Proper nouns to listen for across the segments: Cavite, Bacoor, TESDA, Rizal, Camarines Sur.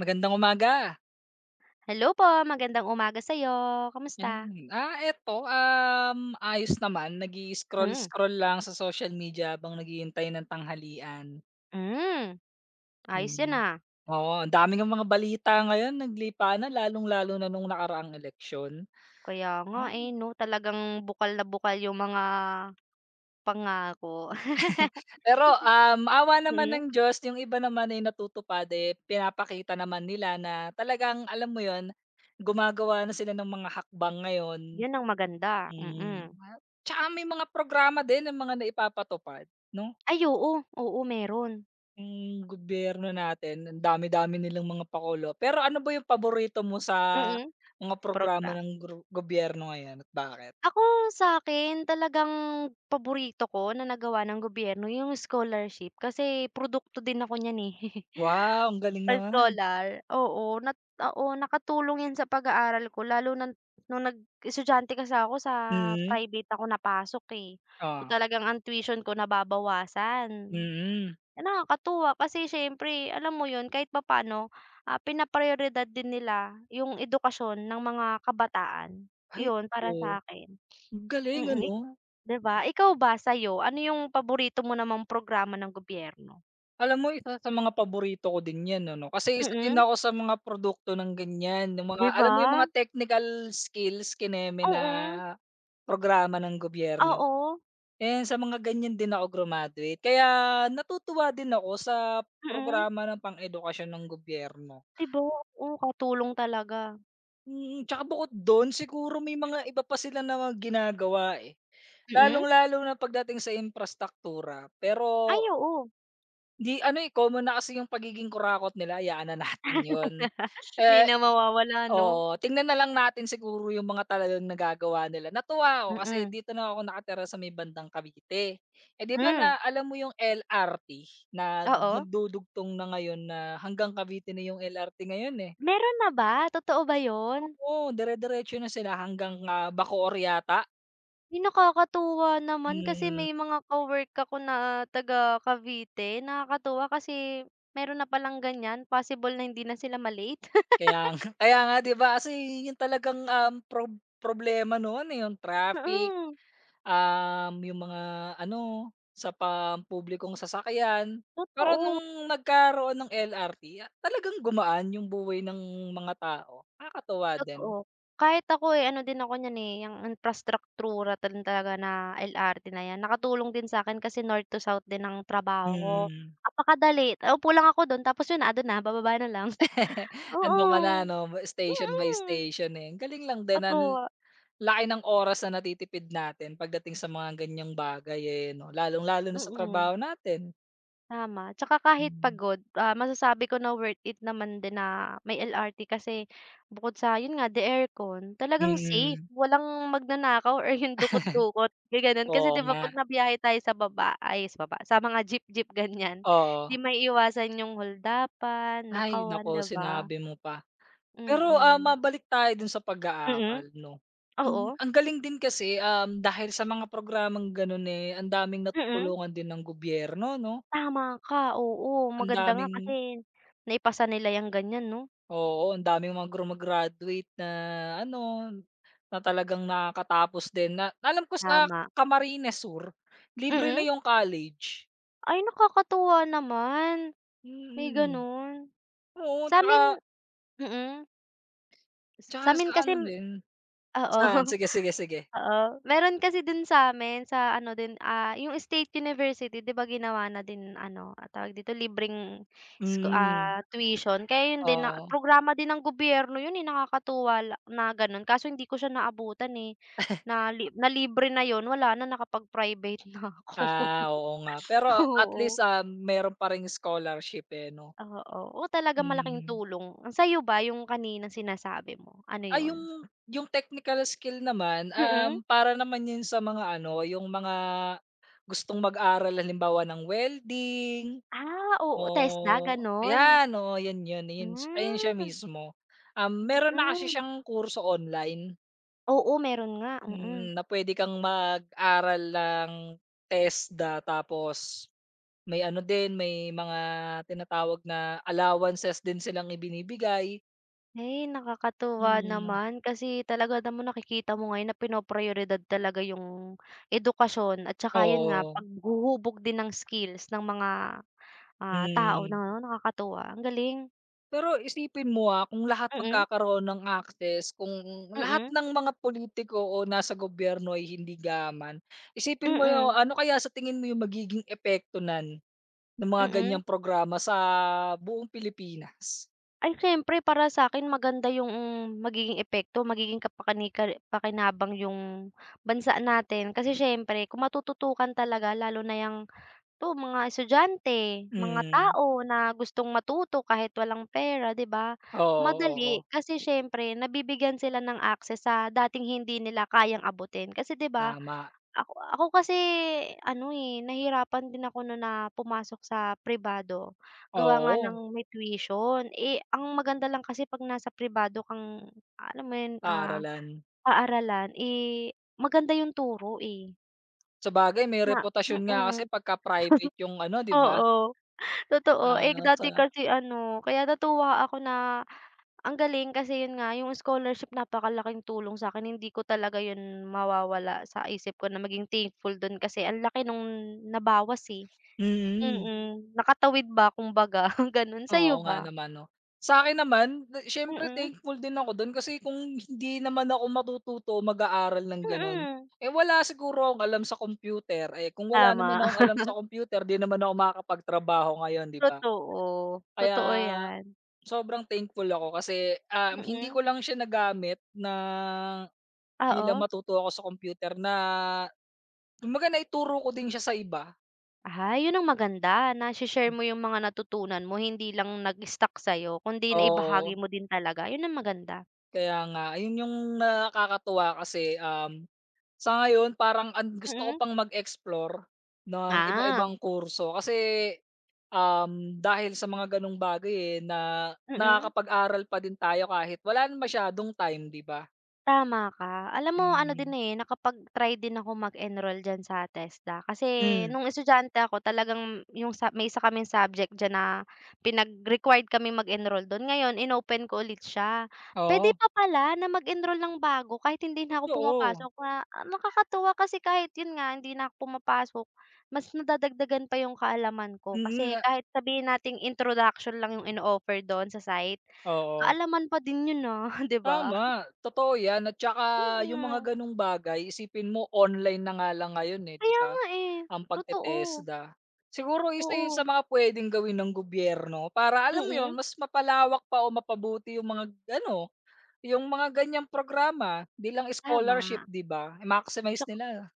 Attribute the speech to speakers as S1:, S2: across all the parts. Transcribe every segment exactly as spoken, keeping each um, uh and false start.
S1: Magandang umaga.
S2: Hello po, magandang umaga sa'yo, kamusta?
S1: 'Yan. Ah, eto, um, ayos naman,
S2: Hmm,
S1: nag-i-scroll-scroll lang sa social media habang naghihintay ng tanghalian.
S2: hmm, ayos 'yan,
S1: Mm.
S2: ah.
S1: Oo, ang dami ngang mga balita ngayon naglipa, na lalong-lalo na nung nakaraang eleksyon.
S2: Kaya nga, eh,
S1: Hmm.
S2: 'no, talagang bukal na bukal yung mga pangako.
S1: Pero, um, awa naman ng
S2: Mm,
S1: Diyos yung iba naman ay natutupad, eh, pinapakita naman nila na talagang alam mo yon, gumagawa na sila ng mga hakbang ngayon.
S2: 'yun ang maganda,
S1: Hmm,
S2: mm.
S1: at tsaka may mga programa din ng mga naipapatupad 'no?
S2: Ay oo, oo meron,
S1: Yung gobyerno natin, ang dami-dami nilang mga pakulo. Pero ano ba yung paborito mo sa
S2: mm,
S1: mga programa
S2: progra
S1: ng gru gobyerno ngayon at bakit?
S2: Ako sa akin talagang paborito ko na nagawa ng gobyerno yung scholarship kasi produkto din ako niyan, eh.
S1: Wow, ang galing naman.
S2: Pa-scholar, oo, nat oo, nakatulong 'yan sa pag-aaral ko lalo na nung nag-estudyante kasi ako sa
S1: Mm,
S2: private ako napasok, eh. So,
S1: oh,
S2: talagang ang tuition ko nababawasan.
S1: mm.
S2: Ah, nakakatuwa kasi siyempre alam mo 'yun kahit papaano, ah, pinaprayoridad din nila yung edukasyon ng mga kabataan.
S1: Ay,
S2: 'Yun para
S1: oo.
S2: sa'kin,
S1: Ang galing,
S2: mm, ik
S1: ano?
S2: 'di ba? Ikaw ba sa'yo, ano yung paborito mo namang programa ng gobyerno?
S1: Alam mo, isa sa mga paborito ko din 'yan, ano, kasi isa din
S2: Mm,
S1: ako sa mga produkto ng ganyan, ng mga
S2: 'di
S1: alam
S2: ba?
S1: mo yung mga technical skills kineme na
S2: Mm,
S1: programa ng gobyerno.
S2: oo.
S1: Eh, sa mga ganyan din ako graduate, kaya natutuwa din ako sa
S2: Mm,
S1: programa ng pang-edukasyon ng gobyerno.
S2: 'di ba? Oo, katulong talaga.
S1: Mm, tsaka bukod dun siguro may mga iba pa sila na mga ginagawa, eh,
S2: Mm?
S1: lalong-lalo na pagdating sa infrastruktura. Pero,
S2: Ay, oo.
S1: 'di ano, eh, common na kasi yung pagiging kurakot nila, hayaan na natin yun.
S2: Hindi
S1: Eh,
S2: na mawawala 'no?
S1: oo, tingnan na lang natin siguro yung mga talagang nagagawa nila. Natuwa ako kasi
S2: Mm.
S1: dito na ako nakatira sa may bandang Cavite. Eh, 'di ba
S2: Hmm,
S1: na alam mo yung L R T na
S2: oo.
S1: nagdudugtong na ngayon, na hanggang Cavite na yung L R T ngayon, eh.
S2: Meron na ba? Totoo ba yun?
S1: Oo, dire-diretso na sila hanggang, ah, Bacoor yata.
S2: Ay, nakakatuwa naman kasi
S1: Mm,
S2: may mga ka-work ako na taga Cavite. Nakakatuwa kasi meron na palang ganyan, possible na hindi na sila ma
S1: kaya nga kaya nga, 'di ba, kasi yun talagang, um, prob problema noon, eh, yung traffic.
S2: Mm,
S1: Um, yung mga ano, sa pampublikong sasakyan. Pero
S2: totoo.
S1: nung nagkaroon ng L R T, ah, talagang gumaan yung buhay ng mga tao, nakakatuwa din.
S2: Totoo. Kahit ako, eh, ano din ako niyan, eh, yang imprastruktura din talaga na L R T na 'yan, nakatulong din sa'kin kasi north to south din ang trabaho ko.
S1: Mm.
S2: Apakadali, naupo lang ako do'n tapos 'yun na, andun na, bababa na lang. Oo,
S1: Andun ka na 'no, station by
S2: mm,
S1: station, eh, ang galing lang din, ang
S2: totoo,
S1: laki ng oras na natitipid natin pagdating sa mga ganyang bagay, eh, 'no, lalong-lalo na sa
S2: mm.
S1: trabaho natin.
S2: Tama, tsaka kahit
S1: Hmm,
S2: pagod, ah, masasabi ko na worth it naman din na may L R T kasi bukod sa yun nga, the aircon, talagang safe,
S1: mm.
S2: walang magnanakaw or yung dukot-dukot, gaganon. Kasi
S1: Oo
S2: 'di ba
S1: nga,
S2: 'pag nabiyahe tayo sa baba ay sa baba, sa mga jeep-jeep ganyan, 'di
S1: oo.
S2: may iwasan yung holdapan,
S1: Ay naku,
S2: nakawan, 'di ba?
S1: sinabi mo pa. Pero, ah,
S2: Mm.
S1: mabalik tayo dun sa
S2: Mm,
S1: pag-aaral 'no. Ang
S2: oo,
S1: ang galing din kasi, um, dahil sa mga programang ganun, eh, ang daming
S2: mm,
S1: natutulungan din ng gobyerno 'no.
S2: tama ka, oo.
S1: Ang
S2: Maganda nga
S1: daming,
S2: kasi naipasa nila yung ganyan 'no?
S1: oo, ang daming mga grumagraduate na ano, na talagang nakakatapos din, na alam ko sa
S2: Tama,
S1: Camarines Sur, libre
S2: mm.
S1: na yung college.
S2: Ay, nakakatuwa naman, may
S1: Mm,
S2: gano'n.
S1: oo,
S2: Sa'min
S1: 'tsaka
S2: mm,
S1: 'tsaka sa
S2: sa'min kasi
S1: ano din,
S2: oo.
S1: saan? Sige, sige, sige.
S2: Oo, meron kasi din sa'min sa ano din, ah, yung State University 'di ba ginawa na din ano, ah, tawag dito, libreng scho
S1: Mm,
S2: ah, tuition kaya yun din na
S1: oo.
S2: programa din ng gobyerno yun, eh, nakakatuwa la na gano'n kaso hindi ko siya naabutan, eh, na li na libre na yun wala na nakapag-private na ako.
S1: Ah, oo nga. Pero at least,
S2: Oo.
S1: ah, meron pa ring scholarship, eh, 'no?
S2: Oo. Oo, talagang malaking
S1: Mm.
S2: tulong. Ang Sa'yo ba yung kaninang sinasabi mo, ano
S1: Ah,
S2: yun?
S1: yung yung technical skill naman, um,
S2: Mm.
S1: para naman yun sa mga ano, yung mga gustong mag-aral halimbawa ng welding
S2: Ah, oo, TESDA
S1: o
S2: gano'n?
S1: ayan, oo, yun yun, yun ayun siya
S2: Hmm,
S1: mismo. Um, meron na kasi
S2: mm.
S1: siyang kurso online,
S2: Oo, meron nga, mm.
S1: mm, na puwede kang mag-aral ng TESDA. Tapos may ano din, may mga tinatawag na allowances din silang ibinibigay.
S2: Ay, nakakatuwa
S1: Hmm,
S2: naman kasi talaga naman nakikita mo ngayon na pinoproyoridad talaga yung edukasyon at saka yun nga,
S1: oo,
S2: paghuhubog din ng skills ng mga, ah, tao na
S1: hmm.
S2: nakakatuwa, ang galing.
S1: Pero isipin mo, ah, kung lahat
S2: Mm,
S1: magkakaroon ng access, kung lahat
S2: mm,
S1: ng mga pulitiko o nasa gobyerno ay hindi gaman,
S2: mm,
S1: isipin mo yung
S2: mm.
S1: ano kaya, sa tingin mo yung magiging epekto nun, ng mga
S2: Mm.
S1: ganyang programa sa buong Pilipinas?
S2: Ay siyempre para sa'kin maganda yung magiging epekto, magiging kapakanika pakinabang yung bansa natin. Kasi siyempre kung matututukan talaga lalo na yang 'to mga estudyante, mga
S1: Hmm,
S2: tao na gustong matuto kahit walang pera, 'di ba?
S1: oo, oo,
S2: Madali kasi siyempre nabibigyan sila ng access sa dating hindi nila kayang abutin. Kasi 'di ba
S1: tama,
S2: ako ako kasi ano, eh, nahirapan din ako no na pumasok sa pribado, gawa nga ng
S1: oo,
S2: may tuition. Eh, ang maganda lang kasi 'pag nasa pribado kang alam mo yun, ah,
S1: paaralan.
S2: paaralan, eh, maganda yung turo, eh,
S1: Sabagay may
S2: na
S1: reputasyon nga kasi
S2: mm,
S1: pagka private yung ano 'di ba,
S2: oo, totoo. Eh,
S1: ah, sa
S2: dati kasi ano, kaya natuwa ako na ang galing kasi yun nga, yung scholarship napakalaking tulong sa akin hindi ko talaga yun mawawala sa isip ko na maging thankful dun kasi ang laki nung nabawas, eh.
S1: mm,
S2: Mm, nakatawid ba kumbaga gano'n, sa'yo
S1: oo nga
S2: ba?
S1: naman 'no. Sa'kin naman, na siyempre
S2: Mm,
S1: thankful din ako dun kasi kung hindi naman ako matututo o mag-aaral ng gano'n,
S2: mm,
S1: eh, wala siguro akong alam sa computer, eh, kung wala naman
S2: tama.
S1: akong alam sa computer, 'di naman ako makakapagtrabaho ngayon, 'di ba.
S2: Totoo,
S1: Kaya
S2: totoo 'yan.
S1: sobrang thankful ako kasi, um, hindi
S2: Mm,
S1: ko lang siya nagamit na bilang
S2: oo.
S1: matuto ako sa computer, na kumbaga naituro ko din siya sa iba.
S2: Ah, 'yun ang maganda nashi-share mo 'yung mga natutunan mo hindi lang nag-stuck sa'yo kundi naibahagi
S1: Oo,
S2: mo din talaga, 'yun ang maganda.
S1: kaya nga. Ayun yung nakakatuwa kasi, um, sa ngayon parang ang gusto ko
S2: Mm.
S1: pang mag-explore ng
S2: Ah,
S1: iba-ibang kurso kasi, um, dahil sa mga gano'ng bagay, eh, na
S2: mm.
S1: nakakapag-aral pa din tayo kahit wala na masyadong time, 'di ba?
S2: Tama ka. Alam mo ano din,
S1: Mm.
S2: eh, nakapag-try din ako mag-enroll diyan sa TESDA kasi
S1: Hmm,
S2: nung estudyante ako talagang yung sa may isa kaming subject diyan na pinag-required kami mag-enroll dun. Ngayon inopen ko ulit siya. Puwede
S1: oo.
S2: pa pala na mag-enroll ng bago kahit hindi na ako
S1: Totoo,
S2: pumapasok na ah, nakakatuwa kasi kahit yun nga hindi na ako pumapasok, mas nadadagdagan pa yung kaalaman ko
S1: mm,
S2: kasi
S1: ah,
S2: kahit sabihin nating introduction lang yung in offer dun sa site,
S1: oo.
S2: kaalaman pa din yun, ah, 'di ba?
S1: Tama, totoo 'yan, at saka yung mga
S2: Mm.
S1: gano'ng bagay, isipin mo online na nga lang ngayon, eh, 'di
S2: Kaya
S1: ba?
S2: nga eh,
S1: Ang
S2: totoo.
S1: pagte-TESDA. Siguro isa yun sa
S2: Oo,
S1: mga puwedeng gawin ng gobyerno para alam mo yun,
S2: mm,
S1: mas mapalawak pa o mapabuti yung mga ano, yung mga ganyang programa. 'Di lang scholarship,
S2: tama.
S1: 'di ba, i-maximize nila.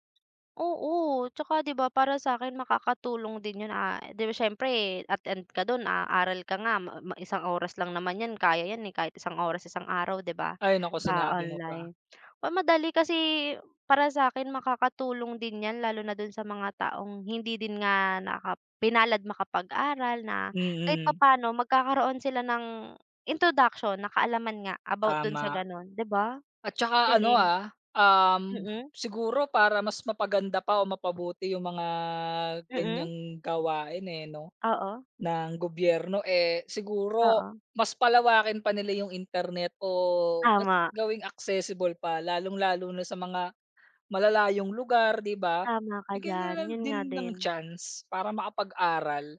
S2: Oo, tsaka 'di ba para sa'kin makakatulong din 'yun, ah, 'di ba siyempre eh, attend ka do'n, aaral ka nga ma ma isang oras lang naman 'yan kaya 'yan, eh, kahit isang oras isang araw 'di ba,
S1: Ay nako,
S2: ah,
S1: sinabi mo pa.
S2: online. O madali kasi para sa'kin makakatulong din 'yan lalo na do'n sa mga taong hindi din nga naka pinalad makapag-aral na kahit
S1: Mm,
S2: papaano magkakaroon sila ng introduction na kaalaman nga about do'n sa
S1: tama.
S2: gano'n, 'di ba?
S1: At saka ano,
S2: Galing.
S1: ah, um,
S2: Mm,
S1: siguro para mas mapaganda pa o mapabuti yung mga
S2: mm.
S1: ganyang gawain, eh, 'no?
S2: Oo,
S1: Ng gobyerno, eh, siguro
S2: oo,
S1: mas palawakin pa nila yung internet o mas
S2: tama.
S1: gawing accessible pa, lalong-lalo na sa mga malalayong lugar, 'di ba?
S2: Tama ka
S1: Bigyan
S2: diyan,
S1: nila
S2: 'yun nga
S1: din ng
S2: din.
S1: chance para makapag-aral.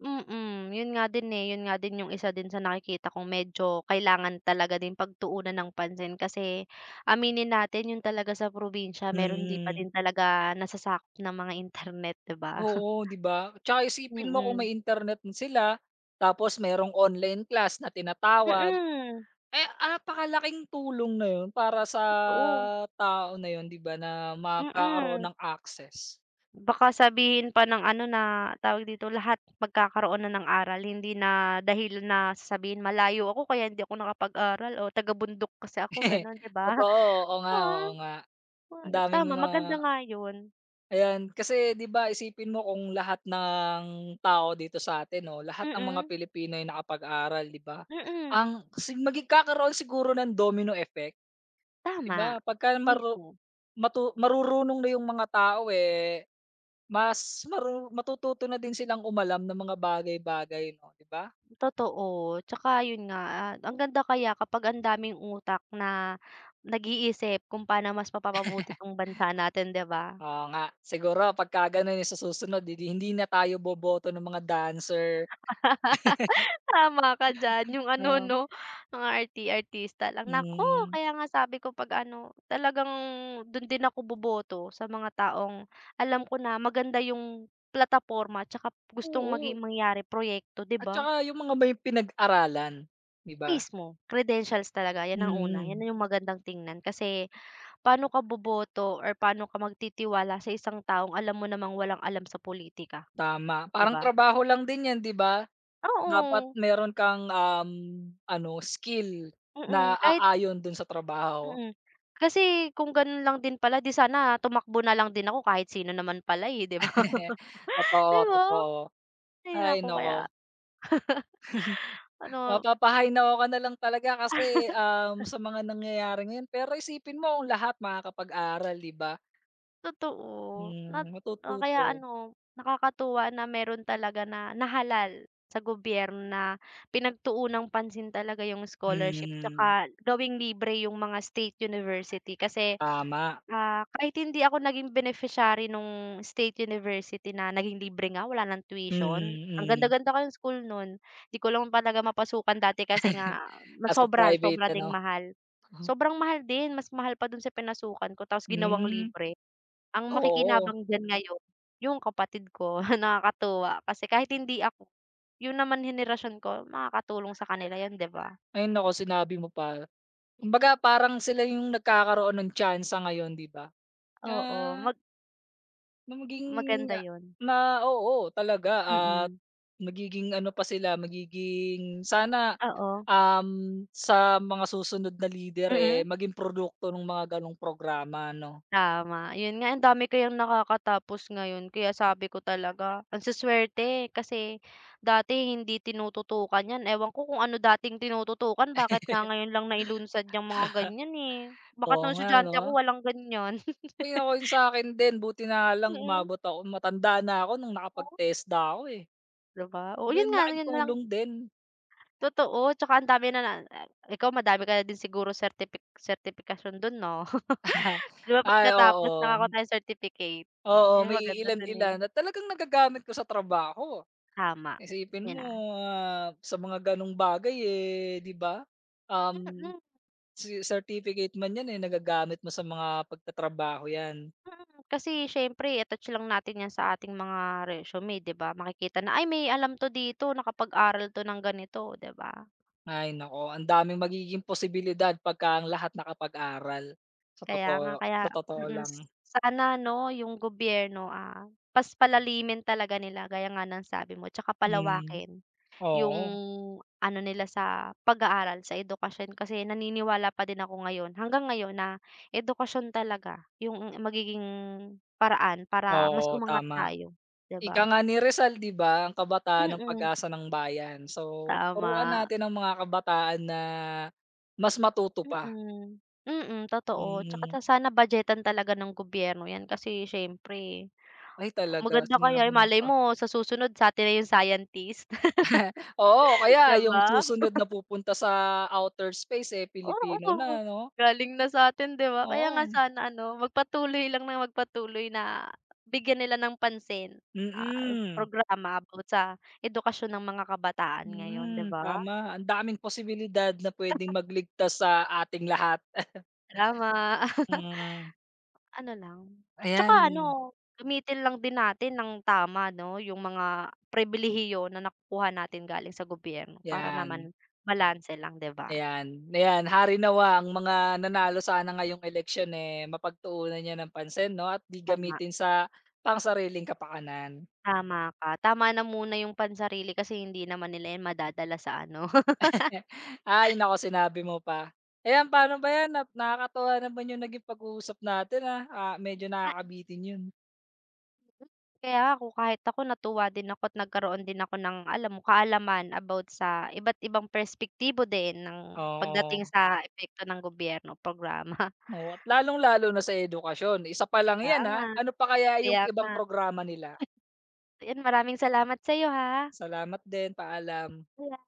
S2: Mm, 'yun nga din, eh, 'yun nga din yung isa din sa nakikita kong medyo kailangan talaga din pagtuunan ng pansin kasi aminin natin 'yun talaga sa probinsya meron di pa din
S1: Mm,
S2: talaga nasasakop ng mga internet, 'di ba?
S1: oo, 'di ba? Tsaka isipin mo kung
S2: Mm,
S1: may internet na sila, tapos merong online class na tinatawag,
S2: mm,
S1: eh, napakalaking tulong na yun para sa
S2: totoo.
S1: tao na yun, 'di ba, na magkakaroon
S2: Mm,
S1: ng access.
S2: baka sabihin pa ng ano na tawag dito, lahat magkakaroon na ng aral hindi na dahil na sasabihin malayo ako kaya hindi ako nakapag-aral o taga-bundok kasi ako gano'n, 'di ba?
S1: Totoo, oo nga,
S2: Ah,
S1: oo nga.
S2: mga
S1: Ang
S2: gan
S1: daming
S2: tama
S1: mga
S2: maganda nga yun.
S1: ayan, kasi 'di ba isipin mo kung lahat ng tao dito sa'tin 'no, lahat ng mga
S2: Mm,
S1: Pilipino ay nakapag-aral, 'di ba?
S2: mm,
S1: Ang si magkakaroon siguro ng domino effect, 'di
S2: tama.
S1: ba, pagka maru
S2: Mismo,
S1: matu marurunong na yung mga tao, eh, mas maru matututo na din silang umalam ng mga bagay-bagay 'no, 'di ba?
S2: totoo. Tsaka yun nga, ah, ang ganda kaya kapag ang daming utak na nag-iisip kung paano mas mapapabuti 'tong bansa natin, 'di ba?
S1: Oo nga, siguro pagka gano'n yung sa susunod, eh, hindi na tayo boboto ng mga dancer,
S2: Tama ka diyan, yung ano
S1: 'no?
S2: 'no, mga arti-artista lang. Naku,
S1: Mm.
S2: kaya nga sabi ko 'pag ano, talagang dun din ako boboto sa mga taong alam ko na maganda yung plataporma tsaka gustong
S1: Oo.
S2: maging mangyari proyekto, 'di
S1: At
S2: ba?
S1: saka yung mga may pinag-aralan, 'di ba?
S2: Mismo, credentials talaga 'yan ang una, 'yan
S1: Mm.
S2: na yung magandang tingnan kasi paano ka boboto or paano ka magtitiwala sa isang taong alam mo namang walang alam sa politika,
S1: Tama,
S2: 'di
S1: parang
S2: ba?
S1: trabaho lang din 'yan, 'di ba? Dapat
S2: Oo,
S1: meron kang, um, ano, skill na
S2: mm, kahit
S1: aayon dun sa trabaho.
S2: mm. Kasi kung gano'n lang din pala 'di sana tumakbo na lang din ako kahit sino naman pala, eh, 'di ba? 'Di
S1: Totoo,
S2: ba?
S1: totoo.
S2: Ay
S1: Ay
S2: naku, kaya
S1: nako,
S2: ano
S1: mapapahay na ka na lang talaga kasi, um, sa mga nangyayari ngayon. Pero isipin mo ang lahat makakapag-aral, 'di ba?
S2: Totoo, na
S1: Hmm.
S2: ah, kaya
S1: Matututo.
S2: ano, nakakatuwa na meron talaga na nahalal sa gobyerno na pinagtuunang pansin talaga yung scholarship
S1: Mm.
S2: 'tsaka gawing libre yung mga state university kasi
S1: Tama.
S2: Ah, kahit hindi ako naging beneficiary nung state university na naging libre nga, wala ng tuition. Ang
S1: Mm, mm.
S2: ganda-ganda kasi ng school nun. 'Di ko lang talaga mapasukan dati kasi nga mas
S1: Nasa
S2: sobra,
S1: private
S2: sobra
S1: ano?
S2: ding mahal. Sobrang mahal din, mas mahal pa dun sa pinasukan ko tapos ginawang
S1: Hmm,
S2: libre. Ang
S1: oo.
S2: makikinabang diyan ngayon, yung kapatid ko, nakakatuwa kasi kahit hindi ako, yun naman henerasyon ko makakatulong sa kanila yun, 'di ba?
S1: Ayun naku, sinabi mo pa. Kumbaga parang sila yung nagkakaroon ng tsansa ngayon, 'di ba?
S2: Oo,
S1: Ah,
S2: mag
S1: na maging,
S2: maganda
S1: ah,
S2: yun.
S1: na oo, talaga, at
S2: Mm,
S1: magiging ano pa sila, magiging sana,
S2: oo.
S1: um, sa mga susunod na leader, eh,
S2: Mm.
S1: maging produkto ng mga gano'ng programa 'no?
S2: Tama, yun nga ang dami kayang nakakatapos ngayon kaya sabi ko talaga ang suswerte kasi dati hindi tinututukan yan, ewan ko kung ano dating tinututukan bakit nga ngayon lang nailunsad yung mga ganyan, eh. Bakit
S1: Oo
S2: nung
S1: nga 'no?
S2: estudyante ako walang ganyan?
S1: Ay naku, yung akin din buti na lang
S2: Mm,
S1: umabot ako, matanda na ako nung
S2: oh,
S1: nakapag-TESDA ako, eh.
S2: 'di Oo, yun
S1: Ang
S2: nga
S1: laking
S2: yun lang
S1: tulong din.
S2: totoo tsaka ang dami na na ikaw madami ka na din siguro certifi certification dun 'no? 'Di ba
S1: Ay,
S2: pagkatapos
S1: oo.
S2: nakakuha tayong certificate?
S1: Oo,
S2: Yun
S1: may
S2: maganda
S1: ilan
S2: dun, eh.
S1: ilan at talagang nagagamit ko sa trabaho.
S2: Tama,
S1: Isipin
S2: yun na,
S1: mo, ah, sa mga gano'ng bagay, eh, 'di ba?
S2: mm.
S1: Um,
S2: Mm.
S1: ce Certificate man 'yan, eh, nagagamit mo sa mga pagtatrabaho 'yan.
S2: Mm, kasi siyempre i-attach lang natin 'yan sa ating mga resume 'di ba? Makikita na, "Ay may alam 'to dito, nakapag-aral 'to ng ganito," 'di ba?
S1: Ay naku, ang daming magiging posibilidad pagka ang lahat nakapag-aral, sa
S2: Kaya
S1: totoo
S2: nga kaya
S1: sa totoo
S2: mm,
S1: lang.
S2: s- sana 'no yung gobyerno, ah, mas palalimin talaga nila gaya nga ng sabi mo tsaka
S1: Hmm,
S2: palawakin yung
S1: oo.
S2: ano nila sa pag-aaral, sa edukasyon kasi naniniwala pa din ako ngayon, hanggang ngayon na edukasyon talaga yung magiging paraan para mas
S1: Oo,
S2: umangat
S1: tama.
S2: tayo, 'di
S1: Ika
S2: ba?
S1: nga ni Rizal 'di ba, ang kabataan ng
S2: Mm.
S1: pag-asa ng bayan. So, turuan
S2: Tama,
S1: natin ang mga kabataan na mas matuto pa,
S2: mm. Mm, totoo.
S1: mm.
S2: Tsaka sana budgetan talaga ng gobyerno 'yan kasi siyempre
S1: Ay talaga,
S2: maganda kaya,
S1: sinabi
S2: eh,
S1: mo
S2: malay
S1: pa.
S2: mo sa susunod sa'tin na yung scientist,
S1: Oo, kaya
S2: 'di
S1: yung
S2: ba?
S1: susunod na pupunta sa outer space, eh, Pilipino
S2: Oo,
S1: na 'no?
S2: galing na sa'tin, 'di ba? Kaya nga
S1: Oo,
S2: sana ano, magpatuloy lang nang magpatuloy na bigyan nila ng pansin, ah,
S1: mm,
S2: programa about sa edukasyon ng mga kabataan ngayon, 'di
S1: mm,
S2: ba?
S1: tama. Ang daming posibilidad na puwedeng magligtas sa ating lahat.
S2: Salamat.
S1: Mm,
S2: Ano lang, 'tsaka
S1: ayan,
S2: ano, gamitin lang din natin ng tama 'no, yung mga pribilehiyo na nakukuha natin galing sa gobyerno para naman
S1: 'yan.
S2: balanse lang 'di ba?
S1: Ayan, ayan hari nawa ang mga nanalo sana ngayong eleksyon, eh, mapagtuunan niya ng pansin 'no, at 'di
S2: Tama,
S1: gamitin sa pangsariling kapakanan.
S2: tama ka. Tama na muna yung pansarili kasi hindi naman nila yan madadala sa ano.
S1: Ay naku, sinabi mo pa. Ayan, paano ba 'yan, at nakakatuwa naman yung naging pag-uusap natin, ah, ah, medyo
S2: Ah,
S1: nakakabitin yun.
S2: kaya ako kahit ako natuwa din ako at nagkaroon din ako ng alam mo kaalaman about sa iba't ibang perspektibo din ng
S1: Oo,
S2: pagdating sa epekto ng gobyerno, programa.
S1: oo, at lalong-lalo na sa edukasyon, isa pa lang 'yan, ah,
S2: Tama,
S1: ano pa kaya yung
S2: kaya
S1: ibang
S2: nga.
S1: programa nila?
S2: Ayan, maraming salamat sa'yo ha.
S1: Salamat din, paalam.
S2: Paalam.